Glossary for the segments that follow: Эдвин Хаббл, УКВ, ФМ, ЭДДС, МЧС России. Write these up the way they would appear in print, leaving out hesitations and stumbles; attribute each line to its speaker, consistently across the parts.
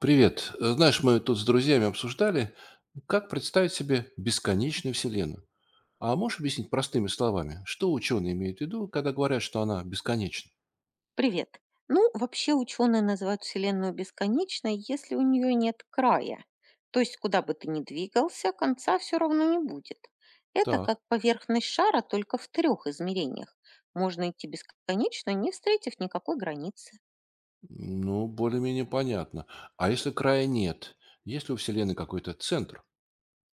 Speaker 1: Привет. Знаешь, мы тут с друзьями обсуждали, как представить себе бесконечную Вселенную. А можешь объяснить простыми словами, что ученые имеют в виду, когда говорят, что она бесконечна?
Speaker 2: Привет. Ну, вообще ученые называют Вселенную бесконечной, если у нее нет края. То есть, куда бы ты ни двигался, конца все равно не будет. Это
Speaker 1: Так,
Speaker 2: как поверхность шара, только в трех измерениях. Можно идти бесконечно, не встретив никакой границы.
Speaker 1: ну, более-менее понятно. А если края нет? Есть ли у Вселенной какой-то центр?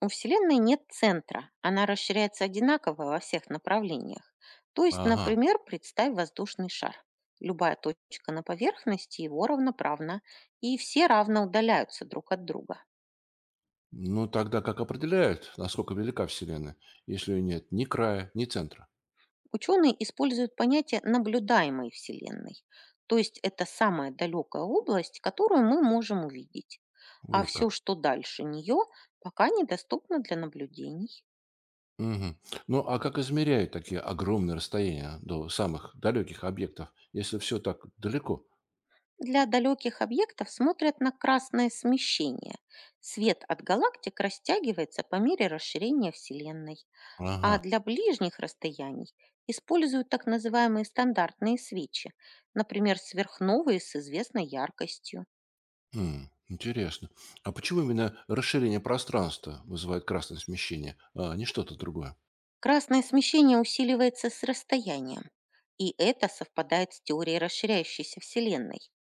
Speaker 2: У Вселенной нет центра. Она расширяется одинаково во всех направлениях. То есть,
Speaker 1: Ага.
Speaker 2: например, представь воздушный шар. Любая точка на поверхности его равноправна, и все равно удаляются друг от друга.
Speaker 1: Ну, тогда как определяют, насколько велика Вселенная, если ее нет ни края, ни центра?
Speaker 2: Ученые используют понятие наблюдаемой Вселенной, то есть это самая далекая область, которую мы можем увидеть, а
Speaker 1: Вот
Speaker 2: все,
Speaker 1: как.
Speaker 2: что дальше нее, пока недоступно для наблюдений.
Speaker 1: Мгм. Ну, а как измеряют такие огромные расстояния до самых далеких объектов, если все так далеко?
Speaker 2: Для далеких объектов смотрят на красное смещение. Свет от галактик растягивается по мере расширения Вселенной, а
Speaker 1: Ага.
Speaker 2: для ближних расстояний используют так называемые стандартные свечи, например, сверхновые с известной яркостью.
Speaker 1: Интересно. А почему именно расширение пространства вызывает красное смещение, а не что-то другое?
Speaker 2: Красное смещение усиливается с расстоянием, и это совпадает с теорией расширяющейся Вселенной.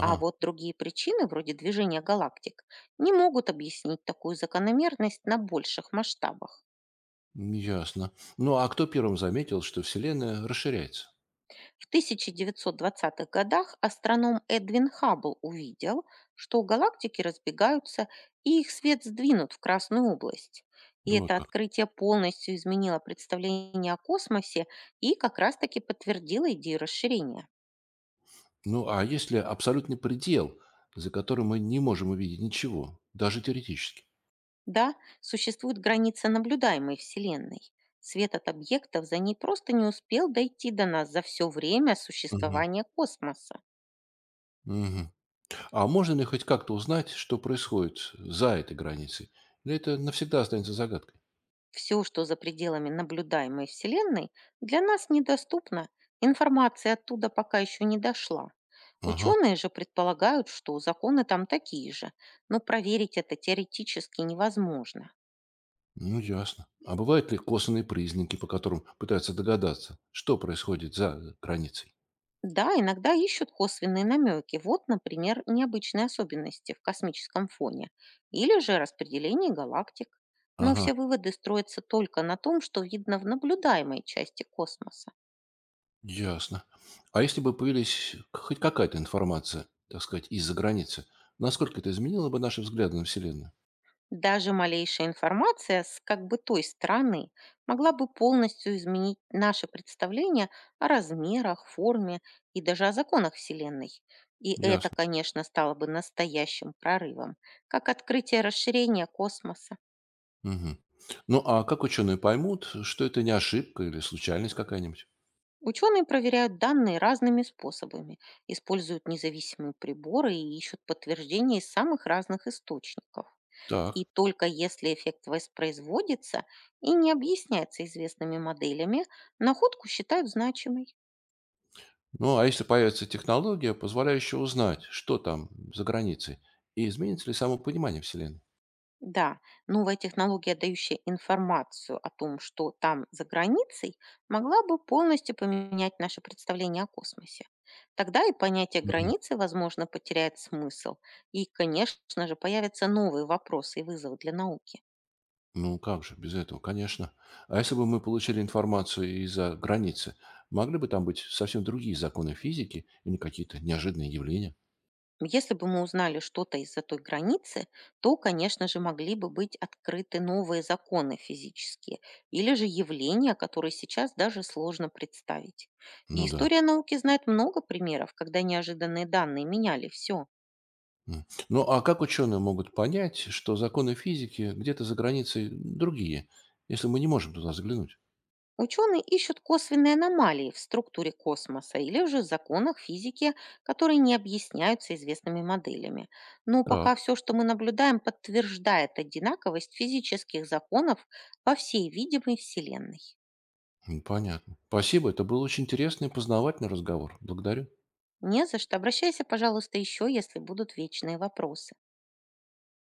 Speaker 2: А вот другие причины, вроде движения галактик, не могут объяснить такую закономерность на больших масштабах.
Speaker 1: ясно. Ну, а кто первым заметил, что Вселенная расширяется?
Speaker 2: В 1920-х годах астроном Эдвин Хаббл увидел, что галактики разбегаются и их свет сдвинут в красную область. И
Speaker 1: Вот
Speaker 2: это
Speaker 1: как.
Speaker 2: открытие полностью изменило представление о космосе и как раз-таки подтвердило идею расширения.
Speaker 1: Ну, а есть ли абсолютный предел, за которым мы не можем увидеть ничего, даже теоретически?
Speaker 2: Да, существует граница наблюдаемой Вселенной. Свет от объектов за ней просто не успел дойти до нас за все время
Speaker 1: Мгм,
Speaker 2: существования космоса.
Speaker 1: мгм. А можно ли хоть как-то узнать, что происходит за этой границей? Или это навсегда останется загадкой?
Speaker 2: Все, что за пределами наблюдаемой Вселенной, для нас недоступно. Информация оттуда пока еще не дошла.
Speaker 1: Ага.
Speaker 2: Ученые же предполагают, что законы там такие же, но проверить это теоретически невозможно.
Speaker 1: Ну, ясно. А бывают ли косвенные признаки, по которым пытаются догадаться, что происходит за границей?
Speaker 2: Да, иногда ищут косвенные намеки. Вот, например, необычные особенности в космическом фоне или же распределение галактик. Но
Speaker 1: Ага,
Speaker 2: все выводы строятся только на том, что видно в наблюдаемой части космоса.
Speaker 1: ясно. А если бы появилась хоть какая-то информация, так сказать, из-за границы, насколько это изменило бы наши взгляды на Вселенную?
Speaker 2: Даже малейшая информация с, как бы, той стороны могла бы полностью изменить наше представление о размерах, форме и даже о законах Вселенной. И это,
Speaker 1: Ясно.
Speaker 2: конечно, стало бы настоящим прорывом, как открытие расширения космоса.
Speaker 1: Мгм. Ну, а как ученые поймут, что это не ошибка или случайность какая-нибудь?
Speaker 2: Ученые проверяют данные разными способами, используют независимые приборы и ищут подтверждения из самых разных источников. И
Speaker 1: Так.
Speaker 2: только если эффект воспроизводится и не объясняется известными моделями, находку считают значимой.
Speaker 1: Ну, а если появится технология, позволяющая узнать, что там за границей, и изменится ли само понимание Вселенной?
Speaker 2: Да, новая технология, дающая информацию о том, что там за границей, могла бы полностью поменять наше представление о космосе. Тогда и понятие границы, возможно, потеряет смысл. И, конечно же, появятся новые вопросы и вызовы для науки.
Speaker 1: Ну, как же без этого, конечно. А если бы мы получили информацию из-за границы, могли бы там быть совсем другие законы физики или какие-то неожиданные явления?
Speaker 2: Если бы мы узнали что-то из-за той границы, то, конечно же, могли бы быть открыты новые законы физические или же явления, которые сейчас даже сложно представить. И
Speaker 1: Ну да.
Speaker 2: история науки знает много примеров, когда неожиданные данные меняли все.
Speaker 1: М. Ну а как ученые могут понять, что законы физики где-то за границей другие, если мы не можем туда заглянуть?
Speaker 2: Ученые ищут косвенные аномалии в структуре космоса или же в законах физики, которые не объясняются известными моделями. Но пока
Speaker 1: Так,
Speaker 2: все, что мы наблюдаем, подтверждает одинаковость физических законов во всей видимой Вселенной.
Speaker 1: понятно. Спасибо, это был очень интересный и познавательный разговор. Благодарю.
Speaker 2: Не за что. Обращайся, пожалуйста, еще, если будут вечные вопросы.